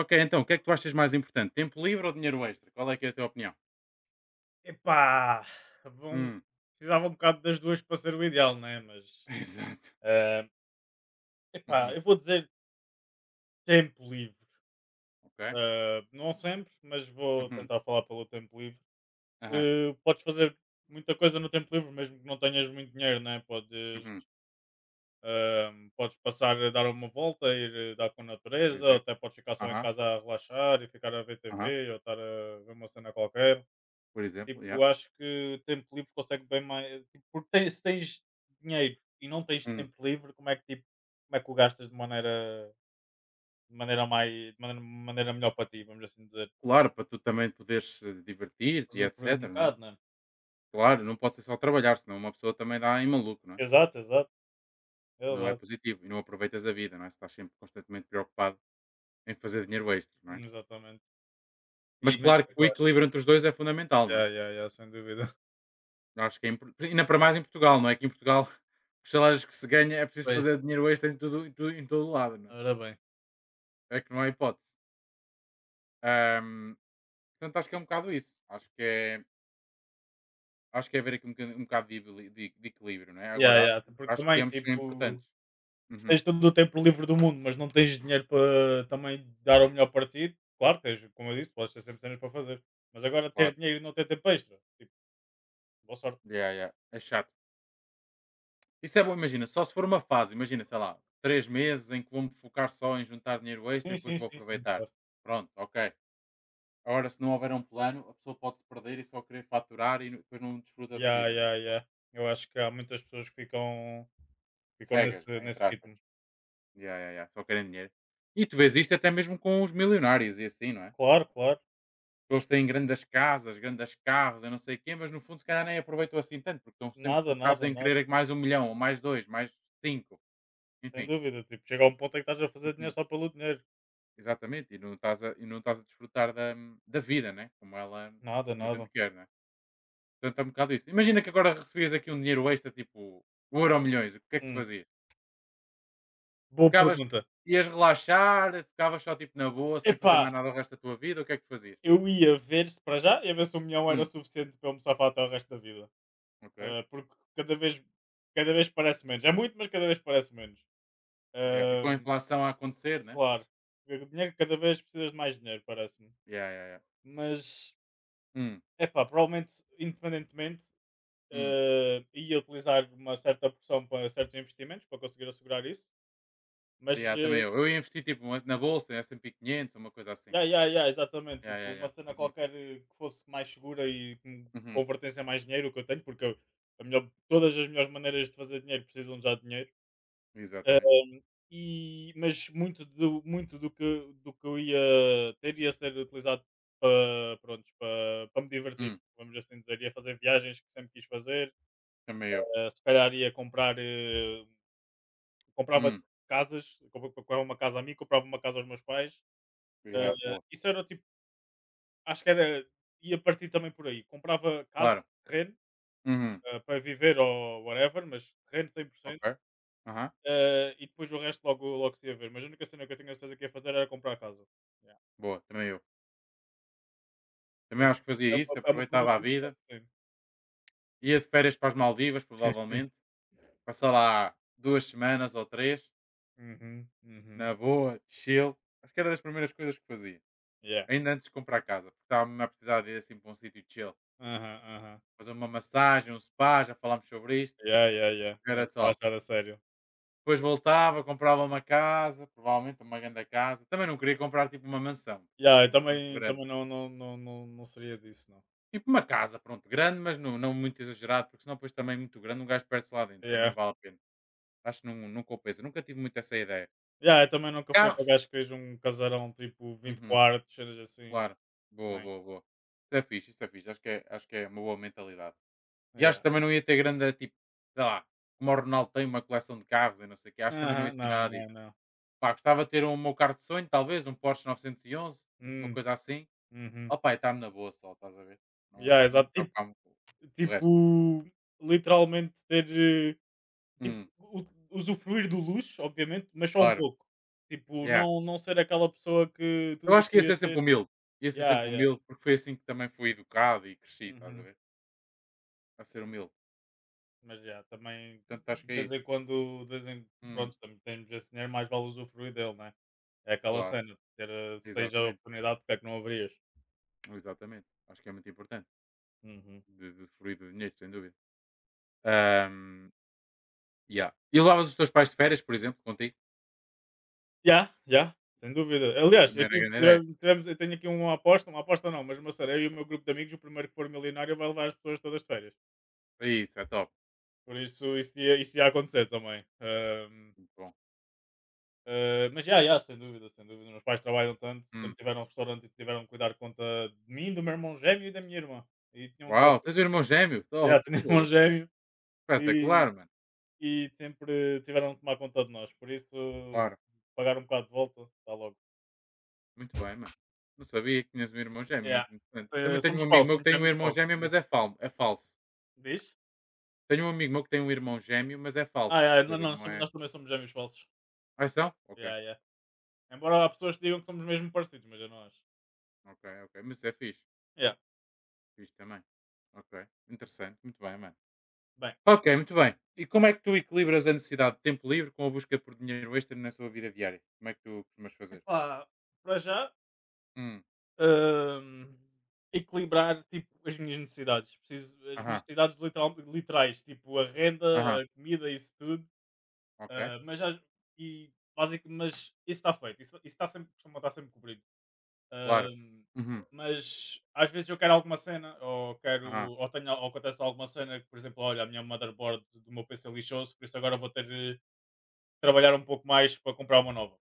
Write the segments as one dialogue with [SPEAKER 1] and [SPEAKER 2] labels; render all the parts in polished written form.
[SPEAKER 1] Ok, então, o que é que tu achas mais importante? Tempo livre ou dinheiro extra? Qual é que é a tua opinião?
[SPEAKER 2] Epá, vão
[SPEAKER 1] Hum,
[SPEAKER 2] precisava um bocado das duas para ser o ideal, né? Mas,
[SPEAKER 1] exato.
[SPEAKER 2] eh, epá,
[SPEAKER 1] Uhum,
[SPEAKER 2] eu vou dizer tempo livre.
[SPEAKER 1] ok.
[SPEAKER 2] Não sempre, mas vou
[SPEAKER 1] Uhum,
[SPEAKER 2] tentar falar pelo tempo livre.
[SPEAKER 1] aham,
[SPEAKER 2] Que podes fazer muita coisa no tempo livre, mesmo que não tenhas muito dinheiro, né? Podes,
[SPEAKER 1] uhum,
[SPEAKER 2] ehm, podes passar a dar uma volta, ir dar com a
[SPEAKER 1] por
[SPEAKER 2] natureza, ou
[SPEAKER 1] exemplo.
[SPEAKER 2] até podes ficar só em
[SPEAKER 1] Aham,
[SPEAKER 2] casa a relaxar e ficar a ver
[SPEAKER 1] aham,
[SPEAKER 2] TV ou estar a ver uma cena qualquer.
[SPEAKER 1] por exemplo,
[SPEAKER 2] Tipo,
[SPEAKER 1] yeah.
[SPEAKER 2] acho que o tempo livre consegue bem mais tipo, porque tem se tens dinheiro e não tens
[SPEAKER 1] Hum,
[SPEAKER 2] tempo livre, como é que tipo, como é que o gastas de maneira mais de maneira melhor para ti, vamos assim dizer.
[SPEAKER 1] claro, para tu também poderes divertir-te e
[SPEAKER 2] Usufruir um
[SPEAKER 1] etc, não é?
[SPEAKER 2] bocado, não é?
[SPEAKER 1] Claro, não pode ser só trabalhar, senão uma pessoa também dá em maluco, não é?
[SPEAKER 2] Exato, exato,
[SPEAKER 1] Não é
[SPEAKER 2] exato.
[SPEAKER 1] positivo e não aproveitas a vida, não é? Se estás sempre constantemente preocupado em fazer dinheiro extra, não é?
[SPEAKER 2] Exatamente.
[SPEAKER 1] Mas
[SPEAKER 2] E mas o
[SPEAKER 1] claro
[SPEAKER 2] que é
[SPEAKER 1] que
[SPEAKER 2] que
[SPEAKER 1] o
[SPEAKER 2] tu achas?
[SPEAKER 1] equilíbrio entre os dois é fundamental, não é?
[SPEAKER 2] Ya, ya, ya, sem dúvida.
[SPEAKER 1] Acho que é impor ainda para mais em Portugal, não é? Que em Portugal os salários que se ganha é preciso
[SPEAKER 2] Pois,
[SPEAKER 1] fazer dinheiro extra em tudo em todo lado, não é?
[SPEAKER 2] ora bem.
[SPEAKER 1] É que não há hipótese. Ahm, Portanto, acho que é um bocado isso. Acho que é haver aqui um bocadinho um bocado de ebili de equilíbrio, não é?
[SPEAKER 2] Ya,
[SPEAKER 1] Agora
[SPEAKER 2] ya,
[SPEAKER 1] acho
[SPEAKER 2] porque
[SPEAKER 1] acho que
[SPEAKER 2] também
[SPEAKER 1] ambos são
[SPEAKER 2] tipo
[SPEAKER 1] importantes.
[SPEAKER 2] se
[SPEAKER 1] Uhum,
[SPEAKER 2] tens todo o tempo livre do mundo, mas não tens dinheiro para também dar o melhor partido, claro, tens, como eu disse, podes ter sempre cenas para fazer. Mas agora ter
[SPEAKER 1] claro.
[SPEAKER 2] dinheiro e não ter tempo extra, tipo, boa sorte.
[SPEAKER 1] Yeah, yeah. É chato. Isso é bom, imagina, só se for uma fase, imagina, sei lá, 3 meses em que vou-me focar só em juntar dinheiro extra e
[SPEAKER 2] Sim,
[SPEAKER 1] depois
[SPEAKER 2] sim,
[SPEAKER 1] vou
[SPEAKER 2] sim, sim,
[SPEAKER 1] aproveitar.
[SPEAKER 2] claro.
[SPEAKER 1] Pronto, ok. Agora, se não houver um plano, a pessoa pode se perder e só querer faturar e depois não desfruta da
[SPEAKER 2] Yeah,
[SPEAKER 1] vida, né?
[SPEAKER 2] yeah, yeah. Eu acho que há muitas pessoas que ficam
[SPEAKER 1] Cegas,
[SPEAKER 2] nesse,
[SPEAKER 1] né?
[SPEAKER 2] nesse
[SPEAKER 1] Entre aspas.
[SPEAKER 2] ritmo.
[SPEAKER 1] Ya, ya, ya, só querem dinheiro. E tu vês isto até mesmo com os milionários e assim, não é?
[SPEAKER 2] Claro, claro.
[SPEAKER 1] Eles têm grandes casas, grandes carros, eu não sei o quê, mas no fundo se calhar nem aproveitam assim tanto, porque estão sempre
[SPEAKER 2] Nada,
[SPEAKER 1] focados
[SPEAKER 2] nada,
[SPEAKER 1] em
[SPEAKER 2] nada.
[SPEAKER 1] querer mais um milhão, ou mais dois, mais cinco,
[SPEAKER 2] Sem
[SPEAKER 1] enfim.
[SPEAKER 2] dúvida. Tipo, chega a um ponto em que estás a fazer
[SPEAKER 1] Uhum,
[SPEAKER 2] dinheiro só pelo dinheiro.
[SPEAKER 1] exatamente, e não estás a desfrutar da vida, né?
[SPEAKER 2] Nada,
[SPEAKER 1] Como a gente
[SPEAKER 2] nada.
[SPEAKER 1] quer, né? Portanto, é um bocado isso. Imagina que agora recebias aqui um dinheiro extra, tipo, o milhões, o que é que tu
[SPEAKER 2] Hum,
[SPEAKER 1] fazias?
[SPEAKER 2] Boa
[SPEAKER 1] Ficavas,
[SPEAKER 2] pergunta.
[SPEAKER 1] Ias relaxar, ficavas só tipo na boa, sem fazer
[SPEAKER 2] Epá,
[SPEAKER 1] mais nada o resto da tua vida, o que é que tu fazias?
[SPEAKER 2] eu ia ver se para já, ia ver se o milhão era
[SPEAKER 1] Hum,
[SPEAKER 2] suficiente para eu me safar até o resto da vida.
[SPEAKER 1] ok.
[SPEAKER 2] Ah, porque cada vez parece menos. É muito, mas cada vez parece menos.
[SPEAKER 1] Ok. E com
[SPEAKER 2] Ah,
[SPEAKER 1] a inflação a acontecer, né?
[SPEAKER 2] claro. O dinheiro, cada vez precisas de mais dinheiro, parece-me.
[SPEAKER 1] Yeah, yeah, yeah.
[SPEAKER 2] Mas,
[SPEAKER 1] Hum,
[SPEAKER 2] é pá, provavelmente, independentemente,
[SPEAKER 1] hum.
[SPEAKER 2] ia utilizar uma certa porção para certos investimentos para conseguir assegurar isso. Mas,
[SPEAKER 1] Yeah, também eu. Eu ia investir tipo na bolsa, em S&P 500, uma coisa assim.
[SPEAKER 2] ya, ya, ya, exatamente.
[SPEAKER 1] Yeah,
[SPEAKER 2] Tipo,
[SPEAKER 1] yeah,
[SPEAKER 2] uma
[SPEAKER 1] yeah.
[SPEAKER 2] cena
[SPEAKER 1] Uhum,
[SPEAKER 2] qualquer que fosse mais segura e com
[SPEAKER 1] uhum.
[SPEAKER 2] convertência a mais dinheiro, o que eu tenho, a melhor, todas as melhores maneiras de fazer dinheiro precisam já de dinheiro.
[SPEAKER 1] Exatamente.
[SPEAKER 2] Ahm, e, mas muito do que eu ia ter ia ser utilizado para me divertir,
[SPEAKER 1] Hum,
[SPEAKER 2] vamos assim dizer. Ia fazer viagens que sempre quis fazer.
[SPEAKER 1] também eu.
[SPEAKER 2] Ah, se calhar comprava
[SPEAKER 1] Hum,
[SPEAKER 2] casas, comprava uma casa a mim, comprava uma casa aos meus pais. Ah,
[SPEAKER 1] yeah, boa.
[SPEAKER 2] isso era tipo, acho que era, ia partir também por aí. Comprava casa,
[SPEAKER 1] Claro.
[SPEAKER 2] terreno,
[SPEAKER 1] Uhum,
[SPEAKER 2] para viver ou whatever, mas terreno cem por
[SPEAKER 1] ok.
[SPEAKER 2] cento
[SPEAKER 1] Aham,
[SPEAKER 2] E depois o resto logo, logo se ia ver. Mas a única cena que eu tenho a certeza que ia fazer era comprar a casa. Yeah.
[SPEAKER 1] boa, também eu. Também
[SPEAKER 2] Mas
[SPEAKER 1] acho que fazia isso,
[SPEAKER 2] é uma
[SPEAKER 1] aproveitava
[SPEAKER 2] pergunta
[SPEAKER 1] a vida.
[SPEAKER 2] interessante.
[SPEAKER 1] Ia de férias para as Maldivas,
[SPEAKER 2] Sim.
[SPEAKER 1] provavelmente. Passar lá 2 semanas ou 3
[SPEAKER 2] Uhum, uhum.
[SPEAKER 1] na boa, chill. Acho que era das primeiras coisas que fazia.
[SPEAKER 2] Yeah.
[SPEAKER 1] Ainda antes de comprar casa, porque estava-me a precisar de ir assim para um sítio chill.
[SPEAKER 2] Aham, aham.
[SPEAKER 1] Fazer uma massagem, um spa, já falámos sobre isto.
[SPEAKER 2] Yeah, yeah, yeah.
[SPEAKER 1] Era
[SPEAKER 2] Mesmo para
[SPEAKER 1] top.
[SPEAKER 2] achar a sério.
[SPEAKER 1] Depois voltava, comprava uma casa, provavelmente uma grande casa. Também não queria comprar tipo uma mansão,
[SPEAKER 2] Yeah, eu
[SPEAKER 1] muito muito
[SPEAKER 2] também,
[SPEAKER 1] grande.
[SPEAKER 2] também não, não, não, não, não seria disso, não.
[SPEAKER 1] Tipo uma casa, pronto, grande, mas não, não muito exagerado, porque senão depois também muito grande, um gajo perde-se lá dentro, também não
[SPEAKER 2] Yeah.
[SPEAKER 1] vale a pena. Acho que não, não compensa, nunca tive muito essa ideia.
[SPEAKER 2] Yeah, eu também nunca fui para o
[SPEAKER 1] Carros,
[SPEAKER 2] gajo que fez um casarão tipo vinte
[SPEAKER 1] uhum,
[SPEAKER 2] quartos, cenas assim.
[SPEAKER 1] claro. Boa,
[SPEAKER 2] Nem.
[SPEAKER 1] boa, boa. Isso é fixe, isso é fixe. Acho que é uma boa mentalidade. E acho que
[SPEAKER 2] Yeah.
[SPEAKER 1] também não ia ter grande, tipo, sei lá, como o Ronaldo tem uma coleção de carros e não sei o quê, acho que também não ia
[SPEAKER 2] Aham,
[SPEAKER 1] ser
[SPEAKER 2] não,
[SPEAKER 1] nada
[SPEAKER 2] não,
[SPEAKER 1] disso.
[SPEAKER 2] não.
[SPEAKER 1] Pá, gostava de ter um meu carro de sonho, talvez, um Porsche 911, uma
[SPEAKER 2] Hum,
[SPEAKER 1] coisa assim.
[SPEAKER 2] uhum.
[SPEAKER 1] Ó pá, está-me na boa só, estás a ver?
[SPEAKER 2] Yeah,
[SPEAKER 1] Não, não me
[SPEAKER 2] exato. Tipo,
[SPEAKER 1] preocupava muito com o
[SPEAKER 2] tipo,
[SPEAKER 1] resto.
[SPEAKER 2] literalmente ter. Tipo,
[SPEAKER 1] Hum,
[SPEAKER 2] u usufruir do luxo, obviamente, mas só um
[SPEAKER 1] claro.
[SPEAKER 2] pouco. Tipo,
[SPEAKER 1] Yeah.
[SPEAKER 2] não não ser aquela pessoa que
[SPEAKER 1] Eu
[SPEAKER 2] tudo
[SPEAKER 1] acho que ia
[SPEAKER 2] queria
[SPEAKER 1] ser sempre
[SPEAKER 2] ter.
[SPEAKER 1] humilde. Ia ser
[SPEAKER 2] Yeah,
[SPEAKER 1] sempre
[SPEAKER 2] yeah.
[SPEAKER 1] humilde, porque foi assim que também fui educado e cresci, estás a
[SPEAKER 2] Uhum.
[SPEAKER 1] ver? A ser humilde.
[SPEAKER 2] Mas yeah, também
[SPEAKER 1] Portanto, acho
[SPEAKER 2] de
[SPEAKER 1] que é
[SPEAKER 2] vez
[SPEAKER 1] isso.
[SPEAKER 2] em quando, de vez em
[SPEAKER 1] Hum,
[SPEAKER 2] pronto, também temos esse dinheiro, mais vale usufruir dele, né? É aquela
[SPEAKER 1] claro.
[SPEAKER 2] cena, ter, se tens a
[SPEAKER 1] Exatamente.
[SPEAKER 2] oportunidade, porque é que não haverias?
[SPEAKER 1] Exatamente. Acho que é muito importante.
[SPEAKER 2] Uhum.
[SPEAKER 1] De fluir do dinheiro, sem dúvida. Ahm, yeah. E levavas os teus pais de férias, por exemplo, contigo?
[SPEAKER 2] Já yeah, sem dúvida. Aliás,
[SPEAKER 1] Também
[SPEAKER 2] eu
[SPEAKER 1] era
[SPEAKER 2] tive
[SPEAKER 1] grande ideia.
[SPEAKER 2] tive tivemos eu tenho aqui uma aposta não, mas uma série eu e o meu grupo de amigos, o primeiro que for milionário vai levar as pessoas todas de férias.
[SPEAKER 1] Isso é top.
[SPEAKER 2] Por isso, isso ia acontecer também.
[SPEAKER 1] Muito bom.
[SPEAKER 2] Mas já, já, sem dúvida, sem dúvida. Meus pais trabalham tanto, tanto
[SPEAKER 1] Hum.
[SPEAKER 2] tiveram um restaurante e tiveram que cuidar de conta de mim, do meu irmão gêmeo e da minha irmã. E tinham um
[SPEAKER 1] Uau,
[SPEAKER 2] negócio,
[SPEAKER 1] tens um irmão gêmeo? Top.
[SPEAKER 2] já, tinha um irmão
[SPEAKER 1] Pô,
[SPEAKER 2] gêmeo e,
[SPEAKER 1] espetacular, mano.
[SPEAKER 2] e sempre tiveram que tomar conta de nós. Por isso,
[SPEAKER 1] Claro.
[SPEAKER 2] pagar um bocado de volta, está logo.
[SPEAKER 1] Muito bem, mano. Não sabia que tinhas um irmão gêmeo.
[SPEAKER 2] Yeah.
[SPEAKER 1] Muito interessante. Também tenho
[SPEAKER 2] Somos
[SPEAKER 1] um amigo
[SPEAKER 2] falsos,
[SPEAKER 1] meu que
[SPEAKER 2] somos
[SPEAKER 1] tem um
[SPEAKER 2] gêmeos
[SPEAKER 1] irmão
[SPEAKER 2] falsos.
[SPEAKER 1] gêmeo,
[SPEAKER 2] Por
[SPEAKER 1] mas
[SPEAKER 2] isso.
[SPEAKER 1] é, fal é falso.
[SPEAKER 2] Diz?
[SPEAKER 1] Tenho um amigo meu que tem um irmão gêmeo, mas é
[SPEAKER 2] Ah,
[SPEAKER 1] falso. Ou
[SPEAKER 2] yeah, não,
[SPEAKER 1] seja,
[SPEAKER 2] não,
[SPEAKER 1] não
[SPEAKER 2] somos-
[SPEAKER 1] é.
[SPEAKER 2] nós também somos gêmeos falsos.
[SPEAKER 1] Ah, são? Ok.
[SPEAKER 2] Yeah, yeah. Embora há pessoas que digam que somos mesmo parecidos, mas eu não acho.
[SPEAKER 1] Ok, ok. Mas é fixe.
[SPEAKER 2] Yeah.
[SPEAKER 1] Fixe também. Ok. Interessante. Muito bem, mano.
[SPEAKER 2] Bem,
[SPEAKER 1] Ok, muito bem. E como é que tu equilibras a necessidade de tempo livre com a busca por dinheiro extra na sua vida diária? Como é que tu costumas fazer?
[SPEAKER 2] epá, para já
[SPEAKER 1] Hum,
[SPEAKER 2] hum, equilibrar tipo, as minhas necessidades. Preciso, as minhas
[SPEAKER 1] aham,
[SPEAKER 2] necessidades literal, literais, tipo a
[SPEAKER 1] aham,
[SPEAKER 2] renda, a comida, isso tudo.
[SPEAKER 1] ok,
[SPEAKER 2] Ah, mas, já- e, basic, mas isso está feito, isso, está sempre, costuma estar sempre cobrido.
[SPEAKER 1] claro.
[SPEAKER 2] Hum,
[SPEAKER 1] Uhum,
[SPEAKER 2] mas às vezes eu quero alguma cena, ou quero,
[SPEAKER 1] aham,
[SPEAKER 2] ou tenho, ou acontece alguma cena que, por exemplo, olha, a minha motherboard do meu PC lixou-se, por isso agora vou ter de trabalhar um pouco mais para comprar uma nova.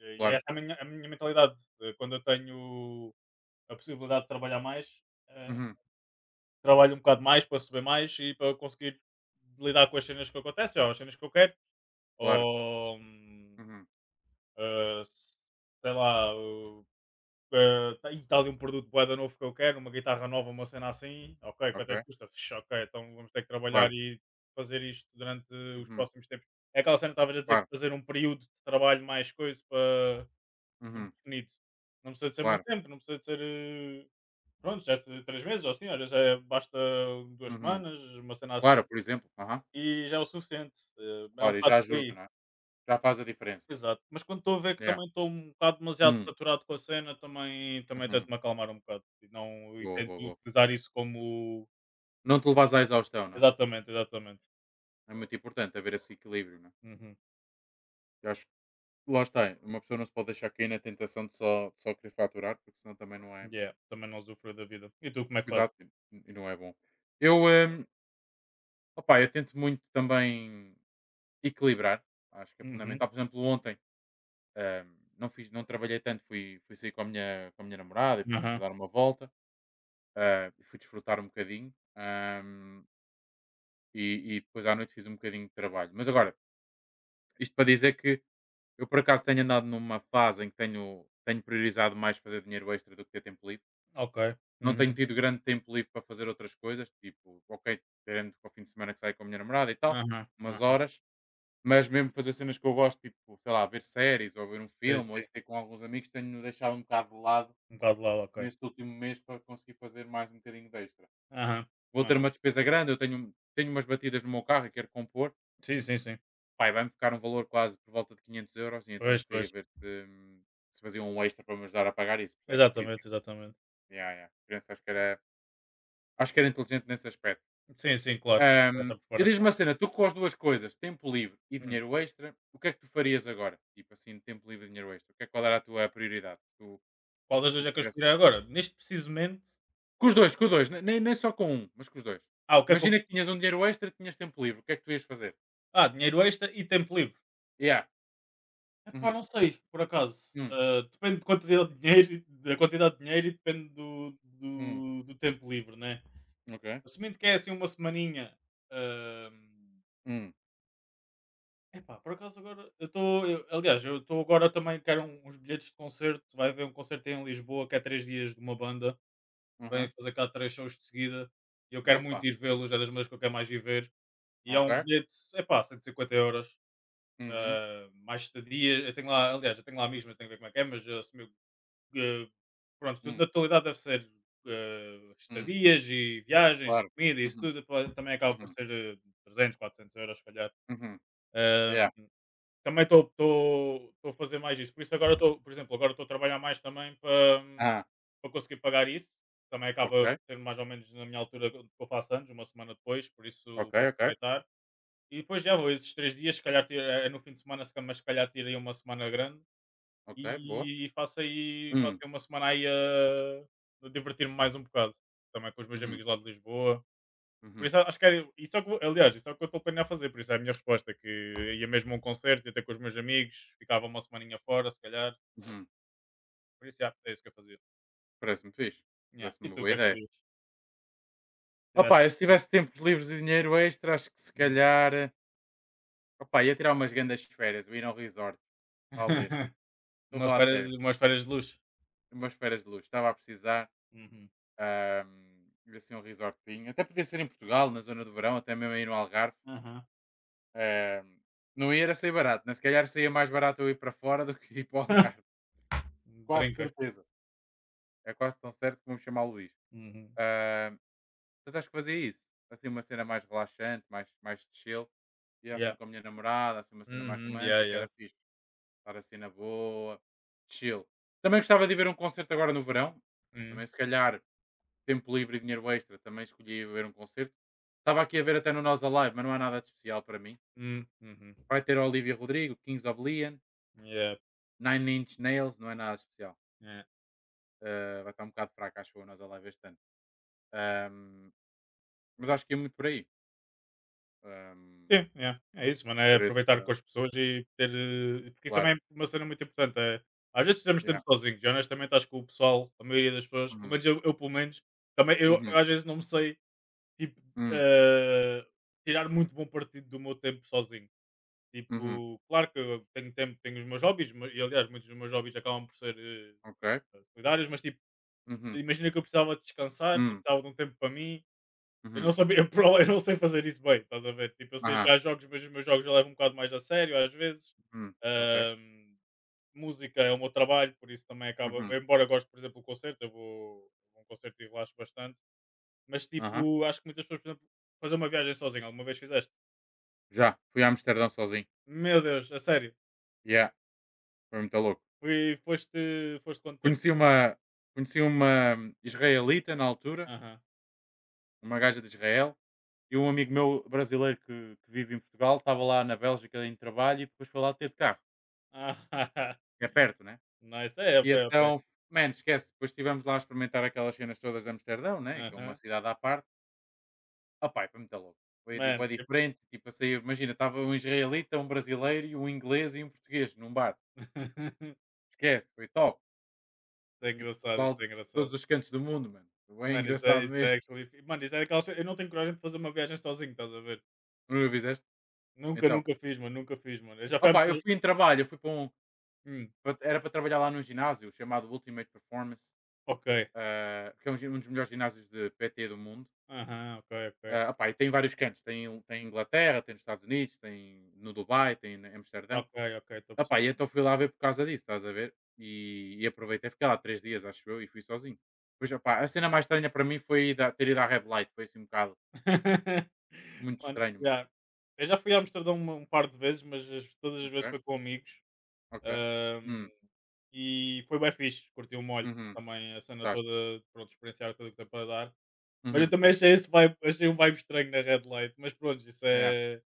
[SPEAKER 2] E
[SPEAKER 1] claro.
[SPEAKER 2] essa é a minha mentalidade. Quando eu tenho a possibilidade de trabalhar mais, eh,
[SPEAKER 1] Uhum,
[SPEAKER 2] trabalho um bocado mais para receber mais e para conseguir lidar com as cenas que acontecem, ou as cenas que eu quero,
[SPEAKER 1] claro.
[SPEAKER 2] ou
[SPEAKER 1] Uhum,
[SPEAKER 2] eh, s- sei lá, e está ali um produto bué da novo que eu quero, uma guitarra nova, uma cena assim, ok,
[SPEAKER 1] ok,
[SPEAKER 2] quanto é que custa? Fixe, ok, então vamos ter que trabalhar
[SPEAKER 1] claro.
[SPEAKER 2] e fazer isto durante os
[SPEAKER 1] Uhum,
[SPEAKER 2] próximos tempos. É aquela cena que estavas a dizer
[SPEAKER 1] claro.
[SPEAKER 2] que fazer um período de trabalho mais coisa para
[SPEAKER 1] Uhum,
[SPEAKER 2] definido. Não precisa de ser muito
[SPEAKER 1] claro.
[SPEAKER 2] tempo, não precisa de ser. Eh, Pronto, já se- 3 meses ou assim, olha, já é- basta duas
[SPEAKER 1] Uhum,
[SPEAKER 2] semanas, uma cena assim,
[SPEAKER 1] claro, por exemplo. Aham,
[SPEAKER 2] e já é o suficiente. É um
[SPEAKER 1] claro, e já
[SPEAKER 2] bocado por
[SPEAKER 1] ajuda,
[SPEAKER 2] aí.
[SPEAKER 1] não é? Já faz a diferença.
[SPEAKER 2] Exato. Mas quando estou a ver que
[SPEAKER 1] Yeah.
[SPEAKER 2] também estou um bocado demasiado
[SPEAKER 1] Hum,
[SPEAKER 2] saturado com a cena, também, também tento
[SPEAKER 1] uhum,
[SPEAKER 2] me acalmar um bocado. E, não, e
[SPEAKER 1] boa,
[SPEAKER 2] tento
[SPEAKER 1] boa, boa.
[SPEAKER 2] utilizar isso como.
[SPEAKER 1] Não te levas à exaustão, não é?
[SPEAKER 2] Exatamente, exatamente.
[SPEAKER 1] É muito importante haver esse equilíbrio, não é?
[SPEAKER 2] Uhum.
[SPEAKER 1] Eu acho. Lá está, uma pessoa não se pode deixar cair na tentação de só querer faturar, porque senão também não é.
[SPEAKER 2] Yeah, também não usufrui da vida. E tu como é que fazes?
[SPEAKER 1] Exato, e não é bom. Eu, hum, Opá, eu tento muito também equilibrar, acho que é
[SPEAKER 2] Uhum.
[SPEAKER 1] fundamental. Por exemplo, ontem não trabalhei tanto, fui sair com a minha namorada e fomos
[SPEAKER 2] Aham.
[SPEAKER 1] dar uma volta, e fui desfrutar um bocadinho, hum, e depois à noite fiz um bocadinho de trabalho. Mas agora, isto para dizer que eu por acaso tenho andado numa fase em que tenho priorizado mais fazer dinheiro extra do que ter tempo livre.
[SPEAKER 2] Ok.
[SPEAKER 1] Não
[SPEAKER 2] Uhum.
[SPEAKER 1] tenho tido grande tempo livre para fazer outras coisas, tipo, ok, tirando que o fim de semana que saio com a minha namorada e tal,
[SPEAKER 2] Aham.
[SPEAKER 1] umas
[SPEAKER 2] Aham.
[SPEAKER 1] horas, mas mesmo fazer cenas que eu gosto, tipo, sei lá, ver séries ou ver um
[SPEAKER 2] Sim,
[SPEAKER 1] filme ou
[SPEAKER 2] sim.
[SPEAKER 1] isso aí com alguns amigos, tenho deixado um bocado de lado
[SPEAKER 2] Um bocado lá, ok.
[SPEAKER 1] neste último mês para conseguir fazer mais um bocadinho de extra.
[SPEAKER 2] Aham.
[SPEAKER 1] Vou ter uma despesa grande, eu tenho umas batidas no meu carro e quero compor,
[SPEAKER 2] Sim, sim, sim.
[SPEAKER 1] pai, vai-me ficar um valor quase por volta de 500 € e então
[SPEAKER 2] Pois,
[SPEAKER 1] queria
[SPEAKER 2] pois.
[SPEAKER 1] ver se fazia um extra para me ajudar a pagar isso, percebes? Por exemplo,
[SPEAKER 2] Exatamente, exatamente.
[SPEAKER 1] yeah, yeah. Por isso, acho que era inteligente nesse aspecto.
[SPEAKER 2] Sim, sim, claro. Essa
[SPEAKER 1] E
[SPEAKER 2] preparação.
[SPEAKER 1] diz-me uma cena, tu com as duas coisas, tempo livre e
[SPEAKER 2] Hum.
[SPEAKER 1] dinheiro extra, o que é que tu farias agora? Tipo assim, tempo livre e dinheiro extra. O que é que qual era a tua prioridade? tu,
[SPEAKER 2] Qual das duas
[SPEAKER 1] tu
[SPEAKER 2] é que eu escolheria
[SPEAKER 1] quisesses.
[SPEAKER 2] agora? Neste preciso momento,
[SPEAKER 1] Com os dois, nem só com um, mas com os dois.
[SPEAKER 2] ah, o que é que eu
[SPEAKER 1] Imagina que tinhas um dinheiro extra e tinhas tempo livre. O que é que tu ias fazer?
[SPEAKER 2] ah, dinheiro extra e tempo livre.
[SPEAKER 1] Yeah.
[SPEAKER 2] Epá,
[SPEAKER 1] Uhum.
[SPEAKER 2] não sei, por acaso.
[SPEAKER 1] Hum.
[SPEAKER 2] Ah, depende de quantidade de dinheiro, e- da quantidade de dinheiro e depende do,
[SPEAKER 1] Hum.
[SPEAKER 2] do, do tempo livre, né?
[SPEAKER 1] Ok.
[SPEAKER 2] Assumindo que é assim uma semaninha. ahm,
[SPEAKER 1] Hum.
[SPEAKER 2] epá, por acaso agora. Eu estou. Aliás, eu estou agora também. Uns bilhetes de concerto. Vai haver um concerto aí em Lisboa que é 3 dias de uma banda. Vêm
[SPEAKER 1] Uhum.
[SPEAKER 2] fazer cá 3 shows de seguida e eu quero muito
[SPEAKER 1] Opa.
[SPEAKER 2] ir vê-los, é das maneiras que eu quero mais ir ver. E é
[SPEAKER 1] Ok.
[SPEAKER 2] um bilhete, é pá cento epá, 150€,
[SPEAKER 1] Uhum.
[SPEAKER 2] mais estadia. Eu tenho lá, aliás, eu tenho lá mesmo mas tenho que ver como é que é, mas assumiu, eh, pronto, tudo na
[SPEAKER 1] Hum.
[SPEAKER 2] totalidade deve ser,
[SPEAKER 1] Hum.
[SPEAKER 2] estadias e viagens e
[SPEAKER 1] Claro.
[SPEAKER 2] comida e isso
[SPEAKER 1] Uhum.
[SPEAKER 2] tudo, pá, também acaba por
[SPEAKER 1] Uhum.
[SPEAKER 2] ser, 300, 400 euros se
[SPEAKER 1] Uhum.
[SPEAKER 2] calhar.
[SPEAKER 1] Yeah.
[SPEAKER 2] Também estou a fazer mais isso. Por isso agora estou, por exemplo, agora estou a trabalhar mais também para
[SPEAKER 1] Ah.
[SPEAKER 2] para conseguir pagar isso. Também acaba por
[SPEAKER 1] Ok.
[SPEAKER 2] ser mais ou menos na minha altura que eu faço anos, uma semana depois, por isso
[SPEAKER 1] Ok,
[SPEAKER 2] vou
[SPEAKER 1] ok.
[SPEAKER 2] aproveitar. E depois já vou esses 3 dias, se calhar tiro, é é no fim de semana, se ca- mas se calhar tiro aí uma semana grande
[SPEAKER 1] Ok, boa.
[SPEAKER 2] e faço
[SPEAKER 1] Hum.
[SPEAKER 2] aí uma semana aí a divertir-me mais um bocado. Também com os meus
[SPEAKER 1] Uhum.
[SPEAKER 2] amigos lá de Lisboa. Por
[SPEAKER 1] Uhum.
[SPEAKER 2] isso acho que era, isso é o que, vou- aliás, isso é o que eu estou a planear fazer, por isso é a minha resposta, que ia mesmo a um concerto, ia ter com os meus amigos, ficava uma semaninha fora, se calhar,
[SPEAKER 1] Uhum.
[SPEAKER 2] por isso yeah, é isso que eu fazia.
[SPEAKER 1] Parece-me fixe.
[SPEAKER 2] Yeah. E
[SPEAKER 1] Parece-me uma
[SPEAKER 2] tu, o
[SPEAKER 1] boa
[SPEAKER 2] que é que
[SPEAKER 1] ideia.
[SPEAKER 2] farias? Se
[SPEAKER 1] Opa,
[SPEAKER 2] tivesses
[SPEAKER 1] eu se
[SPEAKER 2] aqui?
[SPEAKER 1] tivesse tempos livres e dinheiro extra, acho que se
[SPEAKER 2] Uhum.
[SPEAKER 1] calhar. Opa, ia tirar umas grandes férias, ou ir a um resort, talvez. Estou a
[SPEAKER 2] Uma
[SPEAKER 1] falar a
[SPEAKER 2] férias,
[SPEAKER 1] sério,
[SPEAKER 2] umas férias de luxo.
[SPEAKER 1] umas férias de luxo. Estava a precisar.
[SPEAKER 2] Uhum.
[SPEAKER 1] Ir assim a um resortinho. Até podia ser em Portugal, na zona do verão, até mesmo aí no Algarve.
[SPEAKER 2] Aham.
[SPEAKER 1] Ahm, não ia era sair barato, né? Se calhar saía mais barato eu ir para fora do que ir para o Algarve. Quase
[SPEAKER 2] Brinca.
[SPEAKER 1] certeza. É quase tão certo como me chamar o Luís.
[SPEAKER 2] Uhum.
[SPEAKER 1] Portanto, acho que fazer isso. Assim, uma cena mais relaxante, mais chill. E assim
[SPEAKER 2] Yeah.
[SPEAKER 1] com a minha namorada, assim, uma cena mais
[SPEAKER 2] Uhum. Yeah,
[SPEAKER 1] romântica,
[SPEAKER 2] yeah.
[SPEAKER 1] era fixe. Estar assim na boa, chill. Também gostava de ir ver um concerto agora no verão. Também,
[SPEAKER 2] Uhum.
[SPEAKER 1] se calhar, tempo livre e dinheiro extra, também escolhi ver um concerto. Estava aqui a ver até no Nós Alive, mas não há nada de especial para mim.
[SPEAKER 2] Uhum. Uhum.
[SPEAKER 1] Vai ter Olivia Rodrigo, Kings of Leon,
[SPEAKER 2] Yeah.
[SPEAKER 1] Nine Inch Nails, não é nada de especial.
[SPEAKER 2] Yeah.
[SPEAKER 1] Vai estar um bocado fraco, acho eu, o Nós Alive este ano. Ahm, mas acho que é muito por aí. Ahm,
[SPEAKER 2] Sim, é, é isso, mano. É
[SPEAKER 1] por esse,
[SPEAKER 2] aproveitar
[SPEAKER 1] eh,
[SPEAKER 2] com as pessoas e ter. Porque isso também
[SPEAKER 1] Claro.
[SPEAKER 2] é uma cena muito importante. É, às vezes precisamos de
[SPEAKER 1] Yeah.
[SPEAKER 2] tempo sozinhos. E honestamente acho que o pessoal, a maioria das pessoas, pelo
[SPEAKER 1] Mhm.
[SPEAKER 2] menos eu pelo menos, também eu
[SPEAKER 1] Mhm.
[SPEAKER 2] às vezes não me sei tipo,
[SPEAKER 1] Mhm.
[SPEAKER 2] eh, tirar muito bom partido do meu tempo sozinho.
[SPEAKER 1] Mhm.
[SPEAKER 2] Tipo, claro que eu tenho tempo, tenho os meus hobbies, mas- e aliás, muitos dos meus hobbies acabam por ser
[SPEAKER 1] Ok.
[SPEAKER 2] solidários, mas tipo,
[SPEAKER 1] Uhum.
[SPEAKER 2] imagina que eu precisava descansar, eu
[SPEAKER 1] Hum.
[SPEAKER 2] precisava de um tempo para mim, eu
[SPEAKER 1] Uhum.
[SPEAKER 2] não sabia, eu não sei fazer isso bem, estás a ver? Tipo, eu sei
[SPEAKER 1] Aham.
[SPEAKER 2] jogar jogos, mas os meus jogos eu levo um bocado mais a sério às vezes.
[SPEAKER 1] Uhum. Ok.
[SPEAKER 2] Ahm, Música é o meu trabalho, por isso também acaba.
[SPEAKER 1] Uhum.
[SPEAKER 2] Embora eu goste, por exemplo, do concerto, eu vou a um concerto e relaxo bastante. Mas
[SPEAKER 1] Aham.
[SPEAKER 2] tipo, acho que muitas pessoas, por exemplo, fazer uma viagem sozinho, alguma vez fizeste?
[SPEAKER 1] Já. Fui a Amsterdão sozinho.
[SPEAKER 2] Meu Deus, a sério.
[SPEAKER 1] Yeah. Foi muito louco.
[SPEAKER 2] Fui, foste, foste quanto tempo?
[SPEAKER 1] Conheci uma, conheci uma israelita na altura,
[SPEAKER 2] Aham.
[SPEAKER 1] uma gaja de Israel, e um amigo meu brasileiro que vive em Portugal estava lá na Bélgica em trabalho e depois foi lá ter de carro.
[SPEAKER 2] Ah,
[SPEAKER 1] É perto, né?
[SPEAKER 2] nice. É, a
[SPEAKER 1] E
[SPEAKER 2] pé, a
[SPEAKER 1] então,
[SPEAKER 2] pé.
[SPEAKER 1] man, esquece. Depois estivemos lá a experimentar aquelas cenas todas de Amsterdão, né? Que é uma
[SPEAKER 2] Aham.
[SPEAKER 1] cidade à parte. Opá, foi muito louco. Foi é di bué
[SPEAKER 2] Mano, eu-
[SPEAKER 1] diferente, tipo, assim imagina, estava um israelita, um brasileiro e um inglês e um português num bar. Esquece, foi top.
[SPEAKER 2] isso é
[SPEAKER 1] Tipo,
[SPEAKER 2] engraçado,
[SPEAKER 1] pessoal
[SPEAKER 2] isso
[SPEAKER 1] de
[SPEAKER 2] é
[SPEAKER 1] todos
[SPEAKER 2] engraçado.
[SPEAKER 1] os cantos do mundo, mano. Foi bem
[SPEAKER 2] Mano,
[SPEAKER 1] engraçado
[SPEAKER 2] isso é
[SPEAKER 1] mesmo.
[SPEAKER 2] actually. Mano, isso é daquelas. Eu não tenho coragem de fazer uma viagem sozinho, estás a ver?
[SPEAKER 1] Nunca fizeste?
[SPEAKER 2] Nunca,
[SPEAKER 1] Então.
[SPEAKER 2] nunca fiz, mano, nunca fiz, mano. Eu já
[SPEAKER 1] Opá, eu
[SPEAKER 2] fui.
[SPEAKER 1] fui em trabalho, eu fui para um
[SPEAKER 2] Hum,
[SPEAKER 1] pa- era para trabalhar lá num ginásio chamado Ultimate Performance,
[SPEAKER 2] ok.
[SPEAKER 1] que é um dos melhores ginásios de PT do mundo.
[SPEAKER 2] Aham, ok, ok.
[SPEAKER 1] Ah, opá, e tem vários cantos, tem em Inglaterra, tem nos Estados Unidos, tem no Dubai, tem em Amsterdão.
[SPEAKER 2] Ok, ok, estou a
[SPEAKER 1] Opá, e
[SPEAKER 2] perceber.
[SPEAKER 1] então fui lá ver por causa disso, estás a ver? E aproveitei, fiquei lá 3 dias, acho eu, e fui sozinho. Pois, opá, a cena mais estranha para mim foi ter ido à Red Light, foi assim um bocado muito
[SPEAKER 2] Mano,
[SPEAKER 1] estranho, mano.
[SPEAKER 2] já. Eu já fui a Amsterdão uma- um par de vezes, mas as- todas as vezes
[SPEAKER 1] Ok,
[SPEAKER 2] foi com amigos.
[SPEAKER 1] ok.
[SPEAKER 2] Ahm,
[SPEAKER 1] Hum,
[SPEAKER 2] e foi bem fixe, curti o molho
[SPEAKER 1] uhum,
[SPEAKER 2] também, a cena
[SPEAKER 1] gostaste.
[SPEAKER 2] toda, pronto, experienciar tudo o que tem para dar. Mas eu
[SPEAKER 1] Uhum,
[SPEAKER 2] também achei esse vibe, achei um vibe estranho na Red Light, mas pronto, isso
[SPEAKER 1] yeah,
[SPEAKER 2] é.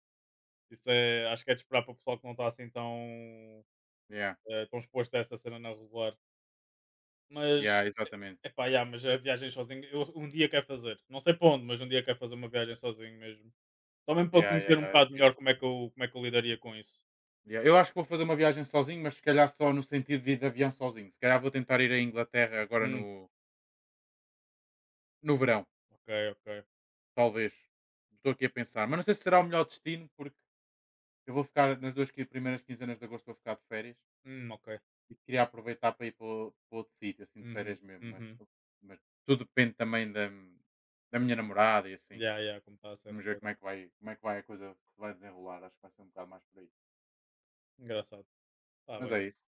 [SPEAKER 2] Isso é, acho que é de esperar para o pessoal que não está assim tão,
[SPEAKER 1] yeah,
[SPEAKER 2] tão exposto a essa cena na regular. Mas,
[SPEAKER 1] yeah, exatamente.
[SPEAKER 2] epá, yeah, mas a viagem sozinho, eu um dia quero fazer. Não sei para onde, mas um dia quero fazer uma viagem sozinho mesmo. Só mesmo para
[SPEAKER 1] Yeah, yeah,
[SPEAKER 2] conhecer
[SPEAKER 1] yeah,
[SPEAKER 2] um
[SPEAKER 1] era
[SPEAKER 2] bocado melhor
[SPEAKER 1] fixe.
[SPEAKER 2] como é que eu, como é que eu lidaria com isso.
[SPEAKER 1] Yeah, eu acho que vou fazer uma viagem sozinho, mas se calhar só no sentido de ir de avião sozinho. Se calhar vou tentar ir à Inglaterra agora
[SPEAKER 2] Hum,
[SPEAKER 1] no verão,
[SPEAKER 2] ok, ok.
[SPEAKER 1] talvez. Estou aqui a pensar. Mas não sei se será o melhor destino, porque eu vou ficar nas 2 qui primeiras quinzenas de agosto, vou ficar de férias
[SPEAKER 2] Ok.
[SPEAKER 1] e queria aproveitar para ir para outro sítio, assim, de
[SPEAKER 2] Uhum,
[SPEAKER 1] férias mesmo,
[SPEAKER 2] uhum.
[SPEAKER 1] mas tudo depende também da minha namorada e assim.
[SPEAKER 2] Yeah, yeah, como está a
[SPEAKER 1] Vamos
[SPEAKER 2] cena
[SPEAKER 1] ver como
[SPEAKER 2] toda.
[SPEAKER 1] é que vai como é que vai a coisa se vai desenrolar, acho que vai ser um bocado mais por aí.
[SPEAKER 2] Engraçado. Está
[SPEAKER 1] Mas
[SPEAKER 2] bem.
[SPEAKER 1] é isso.